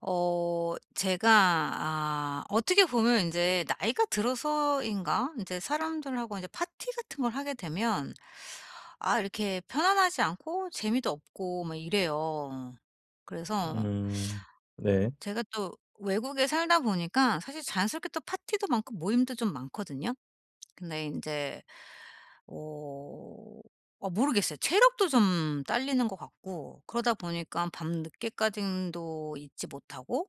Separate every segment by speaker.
Speaker 1: 제가, 어떻게 보면 이제 나이가 들어서인가 이제 사람들하고 이제 파티 같은 걸 하게 되면 이렇게 편안하지 않고 재미도 없고 막 이래요. 그래서
Speaker 2: 음. 네.
Speaker 1: 제가 또 외국에 살다 보니까 사실 자연스럽게 또 파티도 많고 모임도 좀 많거든요. 근데 이제 어. 아 모르겠어요. 체력도 좀 딸리는 것 같고 그러다 보니까 밤늦게까지도 있지 못하고,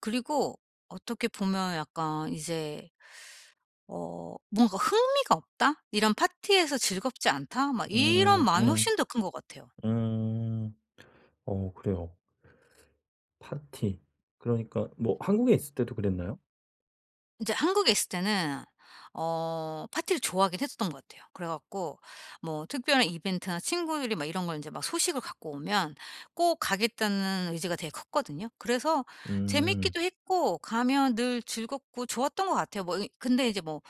Speaker 1: 그리고 어떻게 보면 약간 이제 '뭔가 흥미가 없다. 이런 파티에서 즐겁지 않다.' 막 이런
Speaker 2: 음
Speaker 1: 마음이
Speaker 2: 음
Speaker 1: 훨씬 더 큰 것 같아요.
Speaker 2: 음. 그래요. 파티. 그러니까 한국에 있을 때도 그랬나요?
Speaker 1: 이제 한국에 있을 때는 파티를 좋아하긴 했었던 것 같아요. 그래 갖고 뭐 특별한 이벤트나 친구들이 막 이런 걸 인제 막 소식을 갖고 오면 꼭 가겠다는 의지가 되게 컸거든요. 그래서
Speaker 2: 음.
Speaker 1: 재밌기도 했고 가면 늘 즐겁고 좋았던 것 같아요. 뭐 이 근데 이제 뭐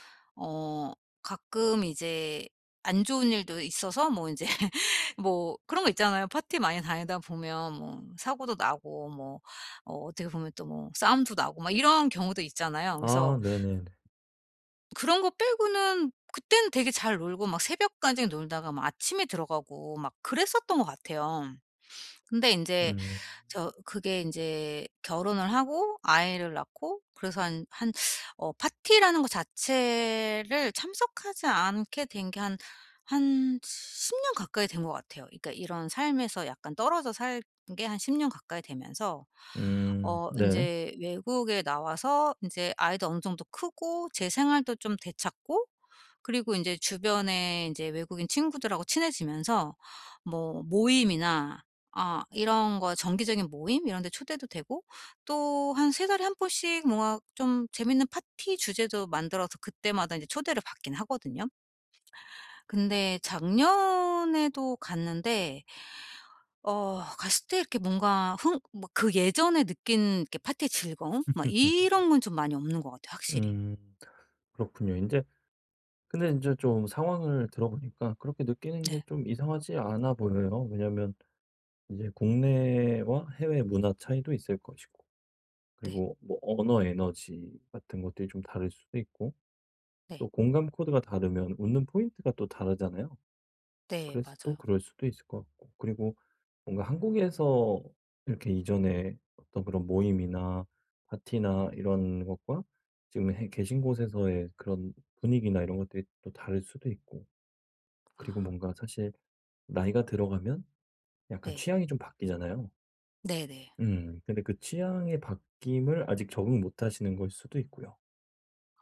Speaker 1: 어 가끔 이제 안 좋은 일도 있어서 뭐 인제 뭐 그런 거 있잖아요. 파티 많이 다니다 보면 뭐 사고도 나고, 뭐 어떻게 보면 또 뭐 싸움도 나고 막 이런 경우도 있잖아요. 그래서
Speaker 2: 아, 네네네.
Speaker 1: 그런 거 빼고는 그때는 되게 잘 놀고 막 새벽까지 놀다가 막 아침에 들어가고 막 그랬었던 것 같아요. 근데 인제
Speaker 2: 음.
Speaker 1: 저 그게 인제 결혼을 하고 아이를 낳고, 그래서 한 파티라는 거 자체를 참석하지 않게 된 게 한 10년 가까이 된 것 같아요. 그러니까 이런 삶에서 약간 떨어져 산 게 한 10년 가까이 되면서
Speaker 2: 음. 네.
Speaker 1: 인제 외국에 나와서 인제 아이도 어느 정도 크고 제 생활도 좀 되찾고, 그리고 인제 주변에 인제 외국인 친구들하고 친해지면서 뭐 모임이나 아 이런 거 정기적인 모임 이런 데 초대도 되고, 또 한 세 달에 한 번씩 뭔가 좀 재밌는 파티 주제도 만들어서 그때마다 인제 초대를 받긴 하거든요. 근데 작년에도 갔는데, 갔을 때 이렇게 뭔가 흥 뭐 그 예전에 느낀 이렇게 파티의 즐거움 막 이런 건 좀 많이 없는 것 같아요, 확실히.
Speaker 2: 음. 그렇군요. 근데 이제 좀 상황을 들어보니까 그렇게 느끼는 게
Speaker 1: 네.
Speaker 2: 좀 이상하지 않아 보여요. 왜냐면 이제 국내와 해외 문화 차이도 있을 것이고,
Speaker 1: 네.
Speaker 2: 그리고 언어 에너지 같은 것들이 좀 다를 수도 있고,
Speaker 1: 네.
Speaker 2: 또 공감 코드가 다르면 웃는 포인트가 또 다르잖아요.
Speaker 1: 네.
Speaker 2: 그래서 또
Speaker 1: 맞아요.
Speaker 2: 그럴 수도 있을 것 같고. 그리고 뭔가 한국에서 이렇게 이전에 어떤 그런 모임이나 파티나 이런 것과 지금 계신 곳에서의 그런 분위기나 이런 것들이 또 다를 수도 있고.
Speaker 1: 아
Speaker 2: 그리고 뭔가 사실 나이가 들어가면 약간
Speaker 1: 네.
Speaker 2: 취향이 좀 바뀌잖아요.
Speaker 1: 네네.
Speaker 2: 근데 그 취향의 바뀜을 아직 적응 못 하시는 걸 수도 있고요.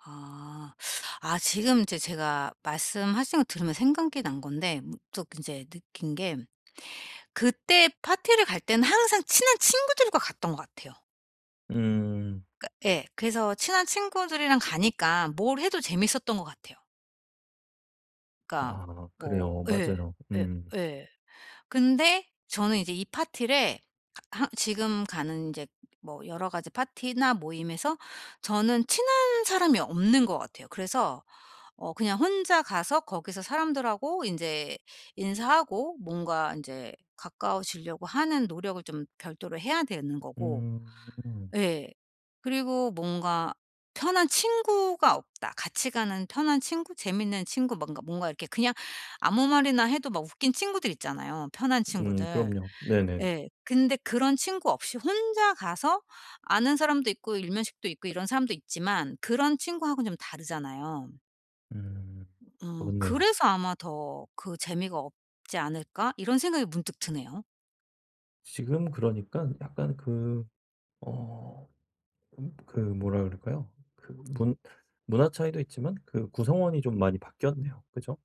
Speaker 1: 아. 아, 지금 이제 제가 말씀하신 거 들으면 생각이 난 건데, 또 이제 느낀 게 그때 파티를 갈 때는 항상 친한 친구들과 갔던 것 같아요.
Speaker 2: 음.
Speaker 1: 그러니까 예. 그래서 친한 친구들이랑 가니까 뭘 해도 재밌었던 것 같아요. 그러니까
Speaker 2: 아,
Speaker 1: 뭐
Speaker 2: 그래요.
Speaker 1: 예.
Speaker 2: 맞아요.
Speaker 1: 예
Speaker 2: 음.
Speaker 1: 예. 근데 저는 이제 이 파티를 하 지금 가는 이제 뭐 여러 가지 파티나 모임에서 저는 친한 사람이 없는 것 같아요. 그래서 그냥 혼자 가서 거기서 사람들하고 이제 인사하고 뭔가 이제 가까워지려고 하는 노력을 좀 별도로 해야 되는 거고.
Speaker 2: 음.
Speaker 1: 예. 그리고 뭔가 편한 친구가 없다. 같이 가는 편한 친구, 재밌는 친구 뭔가 이렇게 그냥 아무 말이나 해도 막 웃긴 친구들 있잖아요, 편한
Speaker 2: 음,
Speaker 1: 친구들.
Speaker 2: 그럼요. 네네네.
Speaker 1: 예. 근데 그런 친구 없이 혼자 가서 아는 사람도 있고 일면식도 있고 이런 사람도 있지만 그런 친구하고는 좀 다르잖아요.
Speaker 2: 음. 좋네요.
Speaker 1: '그래서 아마 더 그 재미가 없지 않을까?' 이런 생각이 문득 드네요.
Speaker 2: 지금 그러니까 약간 그 어 그 뭐라 그럴까요? 그 문 문화 차이도 있지만 그 구성원이 좀 많이 바뀌었네요. 그죠?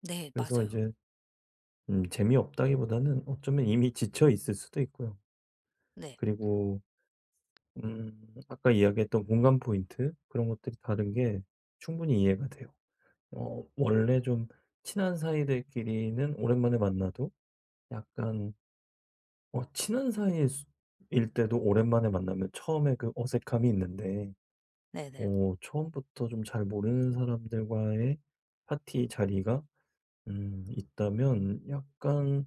Speaker 1: 네,
Speaker 2: 그래서
Speaker 1: 맞아요.
Speaker 2: 이제 음, 재미없다기보다는 어쩌면 이미 지쳐 있을 수도 있고요.
Speaker 1: 네.
Speaker 2: 그리고 아까 이야기했던 공감 포인트 그런 것들이 다른 게 충분히 이해가 돼요. 원래 좀 친한 사이들끼리는 오랜만에 만나도 약간 친한 사이일 수 일 때도 오랜만에 만나면 처음에 그 어색함이 있는데,
Speaker 1: 네네. 네.
Speaker 2: 처음부터 좀 잘 모르는 사람들과의 파티 자리가 음, 있다면 약간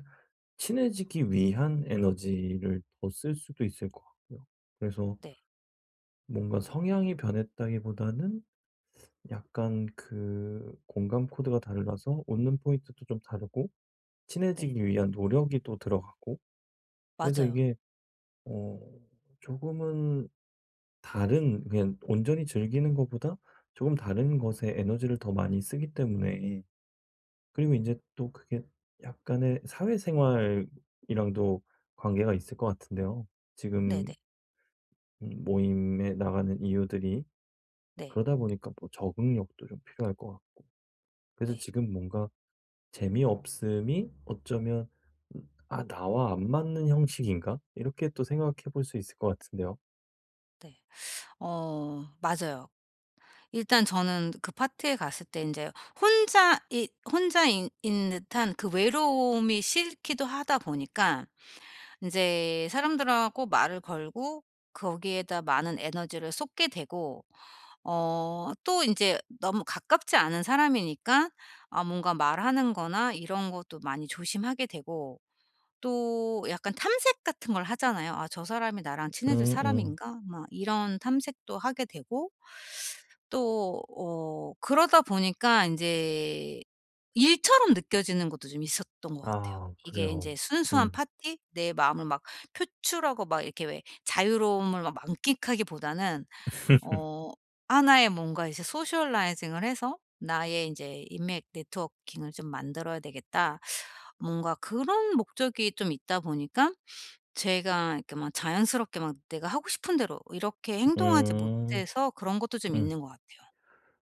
Speaker 2: 친해지기 위한 에너지를 더 쓸 수도 있을 것 같고요. 그래서
Speaker 1: 네.
Speaker 2: 뭔가 성향이 변했다기보다는 약간 그 공감 코드가 달라서 웃는 포인트도 좀 다르고
Speaker 1: 네,
Speaker 2: 친해지기 위한 노력이 또 들어가고. 그래서
Speaker 1: 맞아요.
Speaker 2: 이게 어 조금은 다른, 그냥 온전히 즐기는 것보다 조금 다른 것에 에너지를 더 많이 쓰기 때문에. 그리고 인제 또 그게 약간의 사회생활이랑도 관계가 있을 것 같은데요,
Speaker 1: 네네.
Speaker 2: 지금
Speaker 1: 네.
Speaker 2: 모임에 나가는 이유들이.
Speaker 1: 네.
Speaker 2: 그러다 보니까 뭐 적응력도 좀 필요할 것 같고. 그래서
Speaker 1: 네.
Speaker 2: 지금 뭔가 재미없음이 어쩌면 음, '아, 나와 안 맞는 형식인가?' 이렇게 또 생각해 볼 수 있을 것 같은데요.
Speaker 1: 네. 어 맞아요. 일단 저는 그 파티에 갔을 때 이제 혼자 이 혼자인 인 듯한 그 외로움이 싫기도 하다 보니까, 이제 사람들하고 말을 걸고 거기에다 많은 에너지를 쏟게 되고, 또 이제 너무 가깝지 않은 사람이니까 아 뭔가 말하는 거나 이런 것도 많이 조심하게 되고. 또 약간 탐색 같은 걸 하잖아요. '아 저 사람이 나랑 친해질
Speaker 2: 음음.
Speaker 1: 사람인가?' 막 이런 탐색도 하게 되고, 또 그러다 보니까 이제 일처럼 느껴지는 것도 좀 있었던 것 같아요.
Speaker 2: 아,
Speaker 1: 이게 이
Speaker 2: 그래요.
Speaker 1: 제 순수한
Speaker 2: 음.
Speaker 1: 파티? 내 마음을 막 표출하고 막 이렇게 왜 자유로움을 막 만끽하기보다는 어 하나의 뭔가 이제 소셜라이징을 해서 '나의 인제 인맥 네트워킹을 좀 만들어야 되겠다.' 뭔가 그런 목적이 좀 있다 보니까 제가 이렇게 막 자연스럽게 막 내가 하고 싶은 대로 이렇게 행동하지
Speaker 2: 음.
Speaker 1: 못해서 그런 것도 좀
Speaker 2: 음.
Speaker 1: 있는 것 같아요.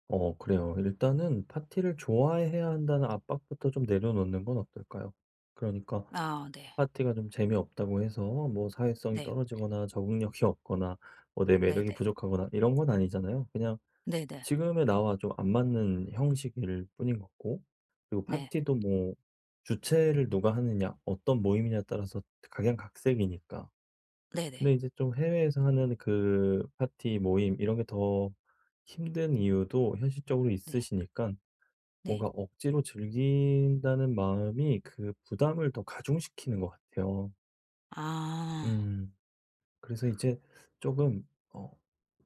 Speaker 2: 어, 그래요. 일단은 파티를 좋아해야 한다는 압박부터 좀 내려놓는 건 어떨까요? 그러니까
Speaker 1: 아 네.
Speaker 2: 파티가 좀 재미없다고 해서 뭐 사회성이
Speaker 1: 네.
Speaker 2: 떨어지거나 적응력이 없거나 뭐 내 매력이
Speaker 1: 네네.
Speaker 2: 부족하거나 이런 건 아니잖아요. 그냥
Speaker 1: 네네.
Speaker 2: 지금의 나와 좀 안 맞는 형식일 뿐인 거고. 그리고
Speaker 1: 네.
Speaker 2: 파티도 뭐 주최를 누가 하느냐, 어떤 모임이냐에 따라서 각양각색이니까.
Speaker 1: 네네.
Speaker 2: 근데 이제 좀 해외에서 하는 그 파티 모임 이런 게 더 힘든 이유도 현실적으로
Speaker 1: 네.
Speaker 2: 있으시니까
Speaker 1: 네.
Speaker 2: 뭔가 억지로 즐긴다는 마음이 그 부담을 더 가중시키는 것 같아요.
Speaker 1: 아.
Speaker 2: 음. 그래서 이제 조금 어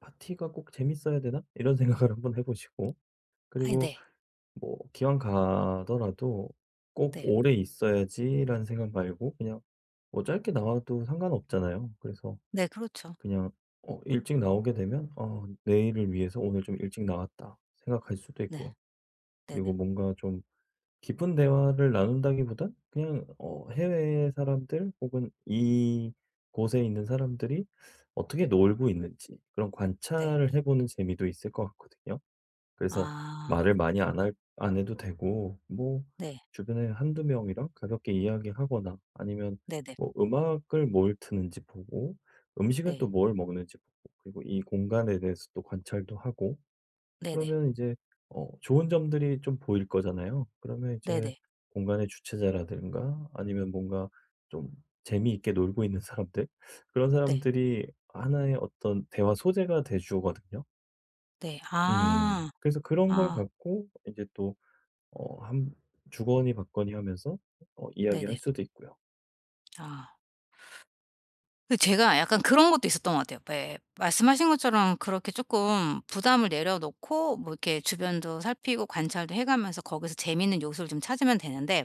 Speaker 2: '파티가 꼭 재밌어야 되나?' 이런 생각을 한번 해 보시고.
Speaker 1: 아
Speaker 2: 그리고
Speaker 1: 네.
Speaker 2: 뭐 기왕 가더라도 '꼭
Speaker 1: 네.
Speaker 2: 오래 있어야지.'라는 생각 말고 그냥 뭐 짧게 나와도 상관없잖아요. 그래서
Speaker 1: 네 그렇죠.
Speaker 2: 그냥 일찍 나오게 되면 '어, 내일을 위해서 오늘 좀 일찍 나왔다.' 생각할 수도
Speaker 1: 네.
Speaker 2: 있고요.
Speaker 1: 네네.
Speaker 2: 그리고 뭔가 좀 깊은 대화를 나눈다기보단 그냥 해외 사람들 혹은 이곳에 있는 사람들이 어떻게 놀고 있는지 그런
Speaker 1: 네. 네.
Speaker 2: 관찰을 해 보는 재미도 있을 것 같거든요. 그래서
Speaker 1: 아.
Speaker 2: 말을 많이 안 할 안 해도 되고, 뭐
Speaker 1: 네.
Speaker 2: 주변에 한두 명이랑 가볍게 이야기하거나 아니면
Speaker 1: 네네.
Speaker 2: 뭐 음악을 뭘 트는지 보고 음식은 또
Speaker 1: 네.
Speaker 2: 뭘 먹는지 보고, 그리고 이 공간에 대해서 또 관찰도 하고.
Speaker 1: 네네.
Speaker 2: 그러면 이제 좋은 점들이 좀 보일 거잖아요. 그러면
Speaker 1: 네네. 네. 네,
Speaker 2: 이제
Speaker 1: 네.
Speaker 2: 공간의 주체자라든가 아니면 뭔가 좀 재미있게 놀고 있는 사람들, 그런
Speaker 1: 네.
Speaker 2: 사람들이 하나의 어떤 대화 소재가 돼 주거든요.
Speaker 1: 네.
Speaker 2: 음.
Speaker 1: 아.
Speaker 2: 그래서 그런 걸
Speaker 1: 아
Speaker 2: 갖고 이제 또 어 한 주거니 받거니 하면서 이야기할
Speaker 1: 네네.
Speaker 2: 수도 있고요.
Speaker 1: 아. 그 제가 약간 그런 것도 있었던 것 같아요. 예, 말씀하신 것처럼 그렇게 쪼끔 부담을 내려놓고 뭐 이렇게 주변도 살피고 관찰도 해 가면서 거기서 재미있는 요소를 좀 찾으면 되는데,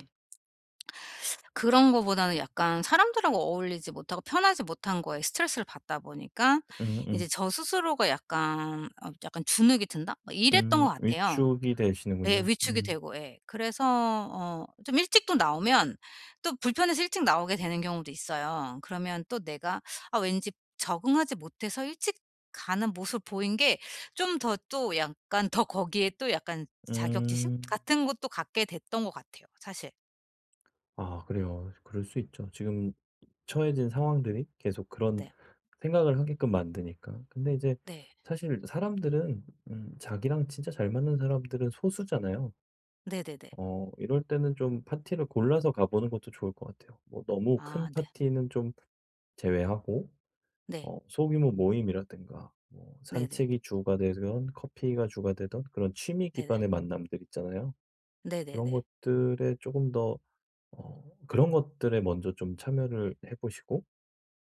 Speaker 1: 그런 거보다는 약간 사람들하고 어울리지 못하고 편하지 못한 거에 스트레스를 받다 보니까
Speaker 2: 음음.
Speaker 1: 이제
Speaker 2: 음.
Speaker 1: 저 스스로가 약간 약간 주눅이 든다? 막 이랬던 것 같아요.
Speaker 2: 위축이
Speaker 1: 예.
Speaker 2: 되시는군요.
Speaker 1: 위축이
Speaker 2: 음.
Speaker 1: 되고, 예. 그래서 좀 일찍 또 나오면 또 불편해서 일찍 나오게 되는 경우도 있어요. 그러면 또 내가 아 왠지 적응하지 못해서 일찍 가는 모습을 보인 게 좀 더 또 약간 더 거기에 또 약간 자격지심
Speaker 2: 음.
Speaker 1: 같은 것도 갖게 됐던 것 같아요, 사실.
Speaker 2: 아, 그래요. 그럴 수 있죠. 지금 처해진 상황들이 계속 그런
Speaker 1: 네.
Speaker 2: 생각을 하게끔 만드니까. 근데 이제
Speaker 1: 네.
Speaker 2: 사실 사람들은 음, 자기랑 진짜 잘 맞는 사람들은 소수잖아요.
Speaker 1: 네네네.
Speaker 2: 어, 이럴 때는 좀 파티를 골라서 가보는 것도 좋을 것 같아요. 뭐 너무 큰
Speaker 1: 아 네.
Speaker 2: 파티는 좀 제외하고
Speaker 1: 네.
Speaker 2: 소규모 모임이라든가 뭐
Speaker 1: 네네.
Speaker 2: 산책이 주가 되던 커피가 주가 되던 그런 취미
Speaker 1: 네네.
Speaker 2: 기반의 만남들 있잖아요. 그런
Speaker 1: 네네네.
Speaker 2: 것들에 조금 더 어 그런 것들에 먼저 좀 참여를 해 보시고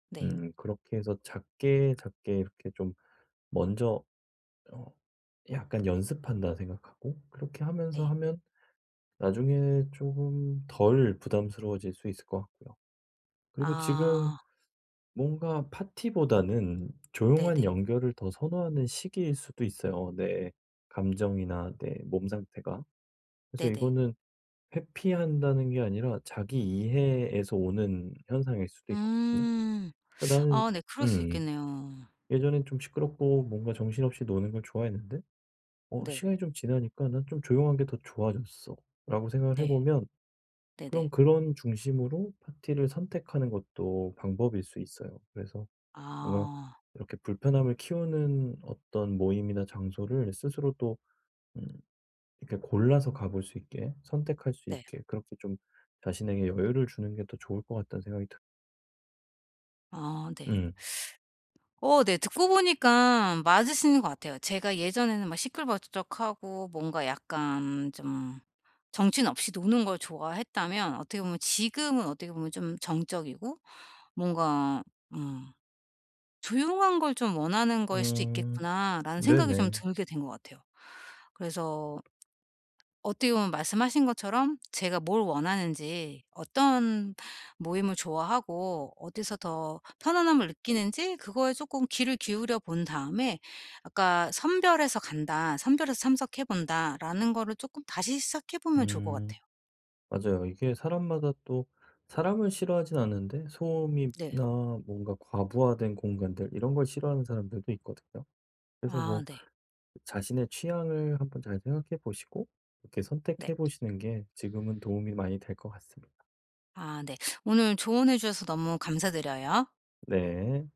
Speaker 1: 네.
Speaker 2: 음, 그렇게 해서 작게 작게 이렇게 좀 먼저 어 약간 연습한다 생각하고 그렇게 하면서
Speaker 1: 네.
Speaker 2: 하면 나중에 조금 덜 부담스러워질 수 있을 것 같고요. 그리고 지금
Speaker 1: 아.
Speaker 2: 뭔가 파티보다는 조용한
Speaker 1: 네네.
Speaker 2: 연결을 더 선호하는 시기일 수도 있어요, 내 감정이나 내 몸 상태가. 그래서
Speaker 1: 네네.
Speaker 2: 이거는 회피한다는 게 아니라 자기 이해에서 오는 현상일 수도 있거든요.
Speaker 1: 음.
Speaker 2: 그러니까 나는
Speaker 1: 아 네. 그럴 수
Speaker 2: 음,
Speaker 1: 있겠네요.
Speaker 2: 예전엔 좀 시끄럽고 뭔가 정신없이 노는 걸 좋아했는데 '어,
Speaker 1: 네.
Speaker 2: 시간이 좀 지나니까 난 좀 조용한 게 더 좋아졌어.'라고 생각을 해
Speaker 1: 네.
Speaker 2: 보면, 그럼
Speaker 1: 네네.
Speaker 2: 그런 중심으로 파티를 선택하는 것도 방법일 수 있어요. 그래서 뭔가
Speaker 1: 아.
Speaker 2: 이렇게 불편함을 키우는 어떤 모임이나 장소를 스스로 또 음, 이렇게 골라서 가볼 수 있게, 선택할 수
Speaker 1: 네.
Speaker 2: 있게, 그렇게 좀 자신에게 여유를 주는 게 더 좋을 것 같다는 생각이 드.
Speaker 1: 아 네.
Speaker 2: 음.
Speaker 1: 어 네. 듣고 보니까 맞으시는 것 같아요. 제가 예전에는 막 시끌벅적하고 뭔가 약간 좀 정신없이 노는 걸 좋아했다면, 어떻게 보면 지금은 어떻게 보면 좀 정적이고 뭔가 음 '조용한 걸 좀 원하는 거일 수도
Speaker 2: 음.
Speaker 1: 있겠구나.'라는 생각이 좀
Speaker 2: 네네.
Speaker 1: 들게 된 것 같아요. 그래서 어떻게 보면 말씀하신 것처럼 제가 뭘 원하는지, 어떤 모임을 좋아하고 어디서 더 편안함을 느끼는지 그거에 조금 귀를 기울여 본 다음에, 아까 '선별해서 간다. 선별해서 참석해 본다.'라는 거를 조금 다시 시작해 보면 좋을 것
Speaker 2: 음.
Speaker 1: 같아요.
Speaker 2: 맞아요. 이게 사람마다 또 사람을 싫어하진 않는데 소음이나
Speaker 1: 네.
Speaker 2: 뭔가 과부하된 공간들 이런 걸 싫어하는 사람들도 있거든요. 그래서
Speaker 1: 아
Speaker 2: 뭐
Speaker 1: 네.
Speaker 2: 자신의 취향을 한번 잘 생각해 보시고 이렇게
Speaker 1: 네.
Speaker 2: 선택해 보시는 게 지금은 도움이 많이 될 것 같습니다.
Speaker 1: 아 네. 오늘 조언해 주셔서 너무 감사드려요.
Speaker 2: 네.